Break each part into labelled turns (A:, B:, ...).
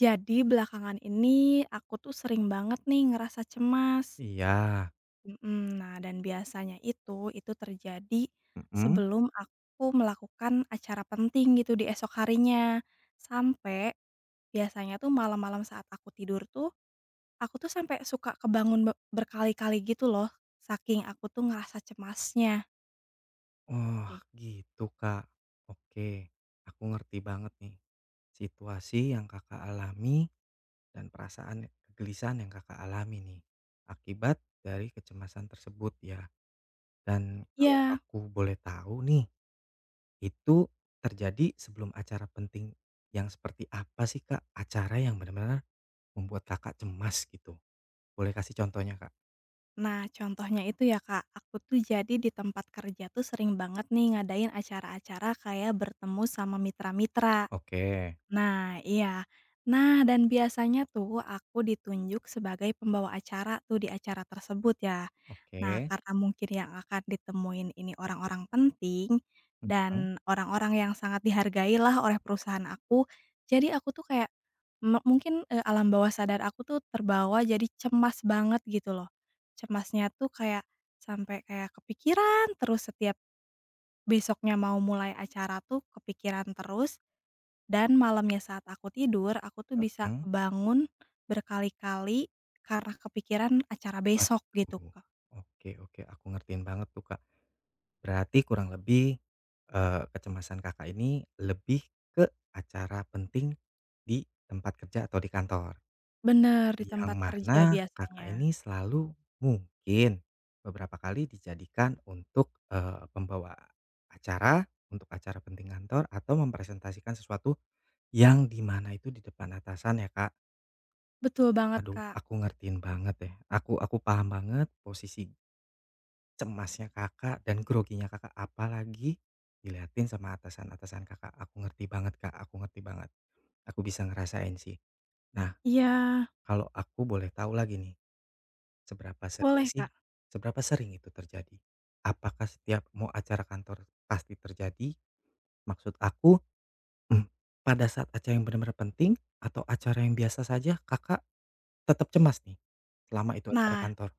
A: Jadi belakangan ini aku tuh sering banget nih ngerasa cemas.
B: Iya.
A: Mhm, nah dan biasanya itu terjadi
B: Mhm.
A: sebelum aku melakukan acara penting gitu di esok harinya. Sampai biasanya tuh malam-malam saat aku tidur tuh, aku tuh sampai suka kebangun berkali-kali gitu loh, saking aku tuh ngerasa cemasnya.
B: Oh,
A: Oke.
B: gitu, Kak. Oke, aku ngerti banget nih situasi yang Kakak alami dan perasaan ya, kegelisahan yang Kakak alami nih akibat dari kecemasan tersebut ya. Dan kalau
A: Iya.
B: aku boleh tahu nih, itu terjadi sebelum acara penting yang seperti apa sih, Kak? Acara yang benar-benar membuat Kakak cemas gitu. Boleh kasih contohnya, Kak?
A: Nah, contohnya itu ya Kak, aku tuh jadi di tempat kerja tuh sering banget nih ngadain acara-acara kayak bertemu sama mitra-mitra.
B: Oke,
A: Nah, iya. Nah, dan biasanya tuh aku ditunjuk sebagai pembawa acara tuh di acara tersebut ya. Nah,
B: oke.
A: karena mungkin yang akan ditemuin ini orang-orang penting,
B: Mhm,
A: dan orang-orang yang sangat dihargailah oleh perusahaan aku, jadi aku tuh kayak mungkin, alam bawah sadar aku tuh terbawa jadi cemas banget gitu loh. Cemasnya tuh kayak sampai kayak kepikiran terus setiap besoknya mau mulai acara tuh kepikiran terus, dan malamnya saat aku tidur, aku tuh bisa
B: mhm.
A: kebangun berkali-kali karena kepikiran acara besok gitu.
B: Waduh, oke oke, aku ngertiin banget tuh, Kak. Berarti kurang lebih, kecemasan Kakak ini lebih ke acara penting di tempat kerja atau di kantor,
A: Bener, di
B: yang
A: tempat kerja
B: mana Kakak
A: biasanya.
B: ini selalu mungkin beberapa kali dijadikan untuk, pembawa acara, untuk acara penting kantor atau mempresentasikan sesuatu yang di mana itu di depan atasan ya, Kak.
A: Betul banget,
B: Aduh,
A: Kak.
B: aku ngertiin banget deh, aku paham banget posisi Cemasnya Kakak dan groginya Kakak, apalagi dilihatin sama atasan-atasan Kakak. Aku ngerti banget, Kak, aku ngerti banget. Aku bisa ngerasain sih. Nah,
A: Iya,
B: kalau aku boleh tahu lagi nih, seberapa sering
A: boleh,
B: sih
A: Kak.
B: seberapa sering itu terjadi? Apakah setiap mau acara kantor pasti terjadi? Maksud aku, mmm, pada saat acara yang benar-benar penting atau acara yang biasa saja Kakak tetap cemas nih, selama itu acara
A: Nah,
B: kantor?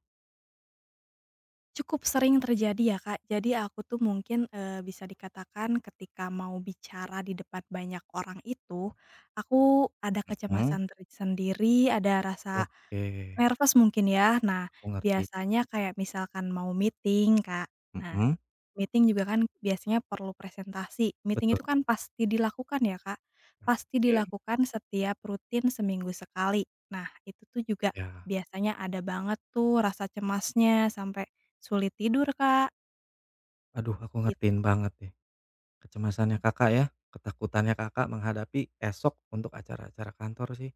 A: cukup sering terjadi ya, Kak. Jadi aku tuh mungkin, bisa dikatakan ketika mau bicara di depan banyak orang itu, aku ada
B: Mhm,
A: kecemasan tersendiri, ada rasa
B: oke,
A: nervous mungkin ya. Nah,
B: aku ngerti.
A: biasanya kayak misalkan mau meeting, Kak. Nah,
B: Mhm,
A: meeting juga kan biasanya perlu presentasi. Meeting
B: betul,
A: itu kan pasti dilakukan ya, Kak? Pasti
B: oke,
A: dilakukan setiap rutin seminggu sekali. Nah, itu tuh juga
B: iya.
A: biasanya ada banget tuh rasa cemasnya sampai sulit tidur, Kak,
B: Aduh, aku
A: it
B: ngertiin banget deh kecemasannya Kakak ya, ketakutannya Kakak menghadapi esok untuk acara-acara kantor sih.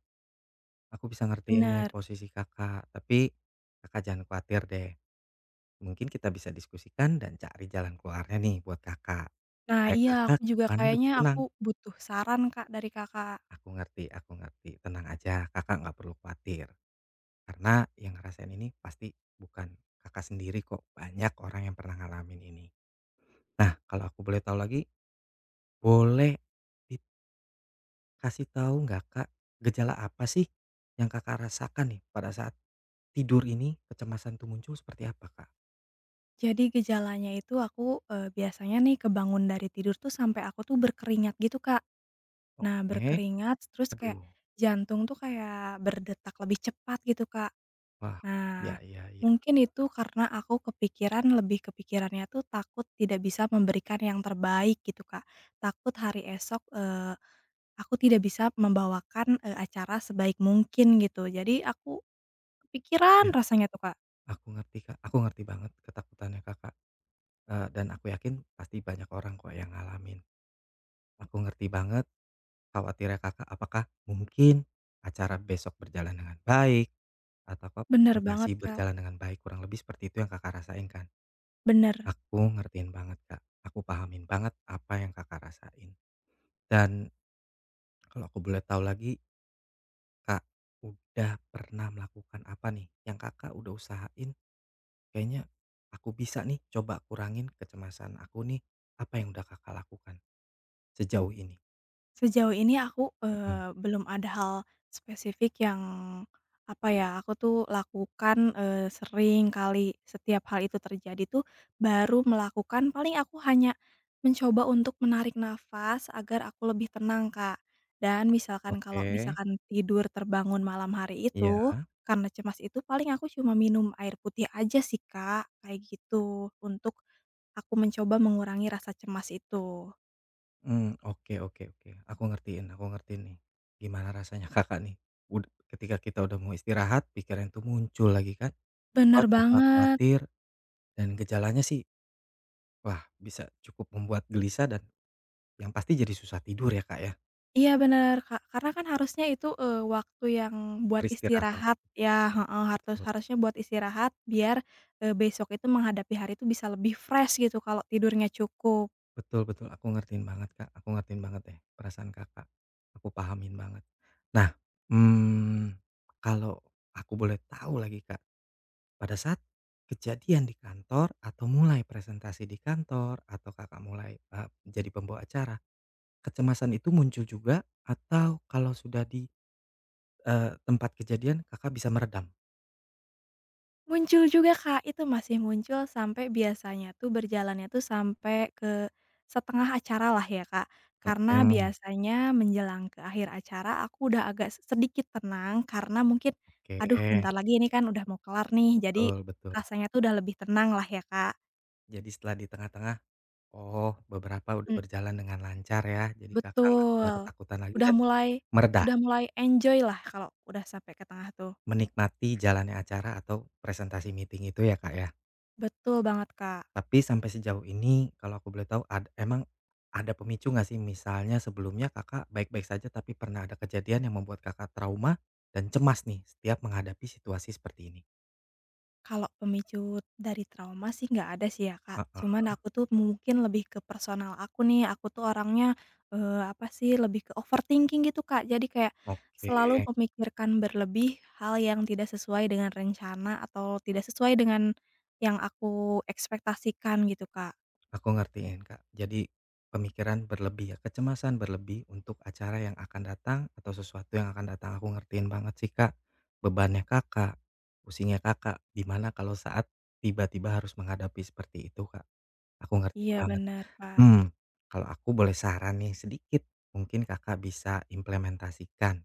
B: Aku bisa ngertiin nih
A: bener.
B: posisi Kakak, tapi Kakak jangan khawatir deh. Mungkin kita bisa diskusikan dan cari jalan keluarnya nih buat Kakak.
A: Nah
B: Kayak
A: iya,
B: Kakak
A: aku
B: ke
A: juga
B: depannya lebih
A: kayaknya
B: tenang.
A: aku butuh saran, Kak, dari Kakak.
B: Aku ngerti, aku ngerti. Tenang aja, Kakak nggak perlu khawatir. Karena yang ngerasain ini pasti bukan Kakak sendiri kok, banyak orang yang pernah ngalamin ini. Nah, kalau aku boleh tahu lagi, boleh Kasih tahu nggak Kak, gejala apa sih yang Kakak rasakan nih pada saat tidur ini kecemasan itu muncul seperti apa Kak?
A: Jadi gejalanya itu aku, biasanya nih kebangun dari tidur tuh sampai aku tuh berkeringat gitu, Kak. Nah,
B: Oke,
A: berkeringat terus kayak
B: aduh,
A: jantung tuh kayak berdetak lebih cepat gitu, Kak.
B: wah, ya
A: Nah,
B: ya ya
A: mungkin itu karena aku kepikiran lebih kepikirannya tuh takut tidak bisa memberikan yang terbaik gitu, Kak. Takut hari esok, aku tidak bisa membawakan, acara sebaik mungkin gitu. Jadi aku kepikiran
B: ya
A: rasanya tuh, Kak.
B: aku ngerti Kak, aku ngerti banget ketakutannya Kakak, dan aku yakin pasti banyak orang kok yang ngalamin. Aku ngerti banget khawatirnya Kakak, apakah mungkin acara besok berjalan dengan baik, atau apa
A: Bener
B: presentasi
A: banget, Kak,
B: berjalan dengan baik, kurang lebih seperti itu yang Kakak rasain kan?
A: bener.
B: Aku ngertiin banget Kak, aku pahamin banget apa yang Kakak rasain. Dan kalau aku boleh tahu lagi, Kak, udah pernah melakukan apa nih yang Kakak udah usahain, kayaknya aku bisa nih coba kurangin kecemasan aku nih, apa yang udah Kakak lakukan sejauh ini?
A: Sejauh ini aku,
B: Mhm,
A: belum ada hal spesifik yang, apa ya, aku tuh lakukan, sering kali setiap hal itu terjadi tuh baru melakukan paling aku hanya mencoba untuk menarik nafas agar aku lebih tenang, Kak. Dan misalkan kalau
B: oke,
A: misalkan tidur terbangun malam hari
B: iya.
A: itu, karena cemas itu paling aku cuma minum air putih aja sih, Kak, kayak gitu, untuk aku mencoba mengurangi rasa cemas itu.
B: Oke oke oke, aku ngertiin nih, gimana rasanya Kakak nih, ud ketika kita udah mau istirahat, pikiran itu muncul lagi kan,
A: Bener
B: buat Kakak
A: banget.
B: khawatir dan gejalanya sih, wah bisa cukup membuat gelisah dan yang pasti jadi susah tidur ya, Kak, ya?
A: Iya bener, Kak, karena kan harusnya itu, waktu yang buat
B: Beristirahat,
A: istirahat ya heeh,
B: betul.
A: harusnya buat istirahat biar, besok itu menghadapi hari itu bisa lebih fresh gitu kalau tidurnya cukup.
B: Betul betul, aku ngertiin banget, Kak, aku ngertiin banget deh perasaan Kakak, aku pahamin banget. Nah, mmm, kalau aku boleh tahu lagi, Kak, pada saat kejadian di kantor atau mulai presentasi di kantor atau Kakak mulai, jadi pembawa acara, kecemasan itu muncul juga atau kalau sudah di, tempat kejadian Kakak bisa meredam?
A: Muncul juga, Kak, itu masih muncul sampai biasanya tuh berjalannya tuh sampai ke setengah acara lah ya, Kak, karena
B: Mmm,
A: biasanya menjelang ke akhir acara aku udah agak sedikit tenang karena mungkin, "Aduh
B: oke,
A: bentar lagi ini kan udah mau kelar nih," jadi
B: betul betul.
A: rasanya tuh udah lebih tenang lah ya, Kak.
B: Jadi setelah di tengah-tengah Oh, beberapa udah berjalan dengan lancar ya, jadi Kakak nggak
A: Betul.
B: ketakutan lagi
A: Udah
B: dan
A: mulai
B: mereda
A: udah mulai enjoy lah kalau udah sampai ke tengah tuh.
B: menikmati jalannya acara atau presentasi meeting itu ya, Kak, ya?
A: Betul banget, Kak.
B: Tapi sampai sejauh ini kalau aku boleh tahu emang ada pemicu nggak sih? Misalnya sebelumnya Kakak baik-baik saja tapi pernah ada kejadian yang membuat Kakak trauma dan cemas nih setiap menghadapi situasi seperti ini?
A: Kalau pemicu dari trauma sih nggak ada sih ya, Kak. Cuman
B: Heeh,
A: aku tuh mungkin lebih ke personal aku nih, aku tuh orangnya, apa sih, lebih ke overthinking gitu, Kak. Jadi kayak selalu
B: oke.
A: memikirkan berlebih hal yang tidak sesuai dengan rencana atau tidak sesuai dengan yang aku ekspektasikan gitu, Kak.
B: Aku ngertiin Kak. Jadi pemikiran berlebih ya, kecemasan berlebih untuk acara yang akan datang atau sesuatu yang akan datang. Aku ngertiin banget sih Kak. Bebannya Kakak, pusingnya Kakak, Dimana kalau saat tiba-tiba harus menghadapi seperti itu Kak. Aku ngertiin
A: Iya
B: banget.
A: benar Kak.
B: Hmm, kalau aku boleh saran nih sedikit, mungkin Kakak bisa implementasikan.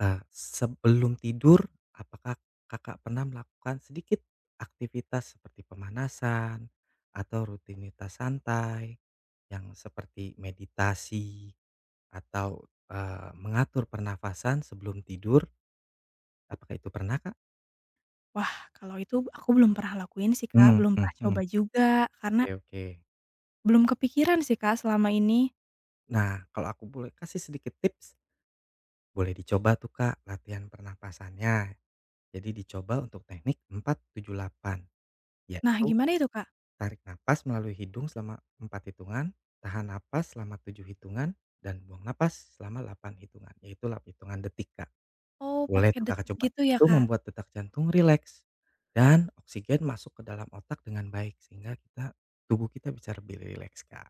B: Sebelum tidur, apakah Kakak pernah melakukan sedikit aktivitas seperti pemanasan atau rutinitas santai yang seperti meditasi atau, mengatur pernafasan sebelum tidur? Apakah itu pernah, Kak?
A: Wah, kalau itu aku belum pernah lakuin sih, Kak,
B: Mmm,
A: belum pernah
B: mhm.
A: coba juga, karena
B: Oke oke.
A: belum kepikiran sih, Kak, selama ini.
B: Nah, kalau aku boleh kasih sedikit tips, boleh dicoba tuh, Kak, latihan pernapasannya. Jadi dicoba untuk teknik 4 7 8,
A: Nah,
B: yaitu
A: gimana itu, Kak?
B: Tarik napas melalui hidung selama 4 hitungan, tahan napas selama 7 hitungan, dan buang napas selama 8 hitungan, yaitu delapan hitungan detik, Kak.
A: Oh,
B: Boleh
A: pakai
B: tuh Kakak
A: detik
B: coba.
A: gitu ya,
B: Itu
A: Kak?
B: membuat detak jantung rileks dan oksigen masuk ke dalam otak dengan baik sehingga kita tubuh kita bisa lebih rileks, Kak.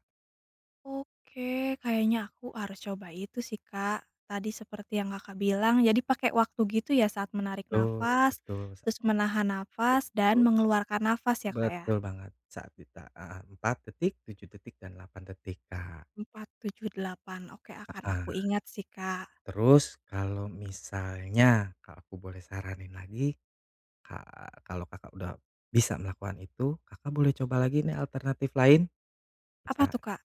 A: Oke, kayaknya aku harus coba itu sih, Kak. Tadi seperti yang Kakak bilang, jadi pakai waktu gitu ya saat menarik
B: Betul
A: nafas,
B: betul saat
A: terus menahan nafas, dan
B: betul
A: mengeluarkan nafas ya, Kak, ya?
B: betul banget saat kita heeh, 4 detik, 7 detik, dan 8 detik, Kak.
A: 4, 7, 8, oke akan aku
B: Heeh.
A: ingat sih, Kak.
B: Terus kalau misalnya, kalau aku boleh saranin lagi Kak, kalau Kakak udah bisa melakukan itu, Kakak boleh coba lagi nih alternatif lain.
A: Apa
B: Misal
A: tuh, Kak?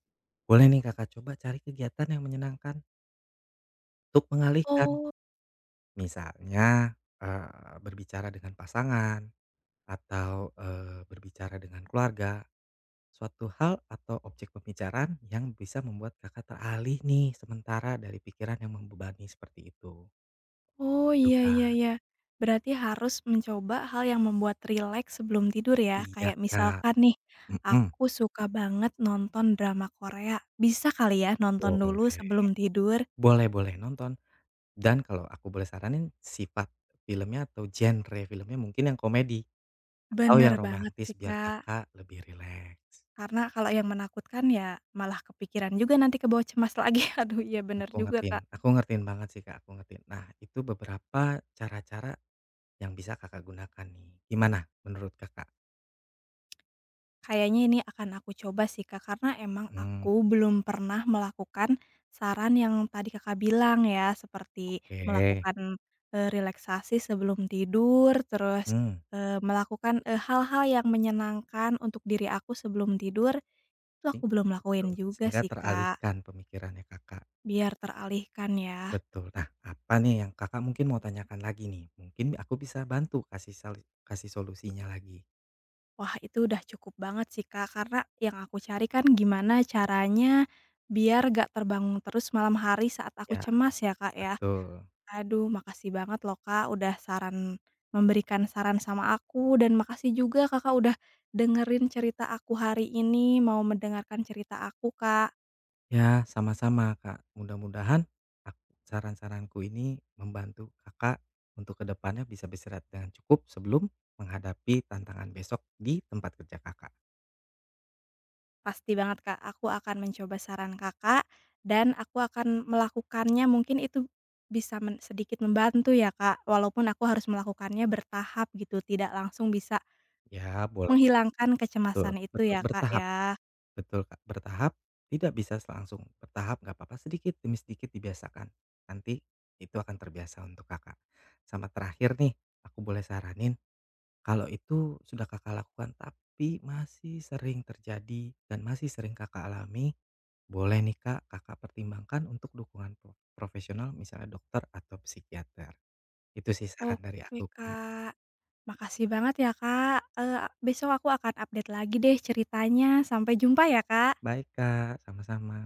B: boleh nih Kakak coba cari kegiatan yang menyenangkan untuk mengalihkan.
A: Oh.
B: Misalnya, berbicara dengan pasangan atau, berbicara dengan keluarga. Suatu hal atau objek pembicaraan yang bisa membuat Kakak teralih nih sementara dari pikiran yang membebani seperti itu.
A: Oh,
B: Gitu,
A: iya iya
B: Kak.
A: iya. Berarti harus mencoba hal yang membuat rileks sebelum tidur ya?
B: Iya,
A: Kayak
B: Kak.
A: misalkan nih,
B: Mhm.
A: aku suka banget nonton drama Korea, bisa kali ya nonton dulu
B: Boleh.
A: sebelum tidur?
B: Boleh boleh nonton Dan kalau aku boleh saranin sifat filmnya atau genre filmnya mungkin yang komedi atau
A: Bener
B: yang
A: banget
B: romantis
A: sih,
B: biar
A: Kak.
B: Kakak lebih rileks.
A: Karena kalau yang menakutkan ya malah kepikiran juga nanti kebawa cemas lagi. Aduh, iya bener juga, Kak.
B: Aku ngertiin banget sih, Kak, aku ngertiin. Nah, itu beberapa cara-cara yang bisa Kakak gunakan nih. Gimana menurut Kakak?
A: Kayaknya ini akan aku coba sih Kak, karena emang
B: Mmm,
A: aku belum pernah melakukan saran yang tadi Kakak bilang ya, seperti
B: oke.
A: melakukan, relaksasi sebelum tidur, terus,
B: hmm,
A: melakukan, hal-hal yang menyenangkan untuk diri aku sebelum tidur, itu
B: sing
A: aku belum
B: betul,
A: lakuin juga
B: sehingga
A: sih Kak,
B: teralihkan pemikirannya Kakak,
A: biar teralihkan ya.
B: betul. Nah, apa nih yang Kakak mungkin mau tanyakan lagi nih? Mungkin aku bisa bantu kasih solusinya lagi.
A: Wah itu udah cukup banget sih Kak, karena yang aku cari kan gimana caranya biar gak terbangun terus malam hari saat aku
B: Ya,
A: cemas ya Kak ya.
B: betul.
A: Aduh, makasih banget loh Kak, udah memberikan saran sama aku dan makasih juga Kakak udah dengerin cerita aku hari ini, mau mendengarkan cerita aku Kak.
B: Ya, sama-sama, Kak. Mudah-mudahan aku saran-saranku ini membantu Kakak untuk kedepannya bisa beristirahat dengan cukup sebelum menghadapi tantangan besok di tempat kerja Kakak.
A: Pasti banget Kak, aku akan mencoba saran Kakak dan aku akan melakukannya mungkin itu bisa sedikit membantu ya Kak, walaupun aku harus melakukannya bertahap gitu, tidak langsung bisa
B: Ya, boleh,
A: menghilangkan
B: betul
A: kecemasan itu
B: betul,
A: ya Kak
B: bertahap,
A: ya.
B: betul, Kak, bertahap, tidak bisa langsung, bertahap nggak apa-apa, sedikit demi sedikit dibiasakan, nanti itu akan terbiasa untuk Kakak. Sama terakhir nih, aku boleh saranin Kalau itu sudah Kakak lakukan tapi masih sering terjadi dan masih sering Kakak alami, boleh nih Kak, Kakak pertimbangkan untuk dukungan profesional misalnya dokter atau psikiater. Itu sih saran dari
A: Oke
B: aku Kak.
A: Kak. Makasih banget ya Kak, besok aku akan update lagi deh ceritanya. Sampai jumpa ya Kak.
B: Baik Kak, sama-sama.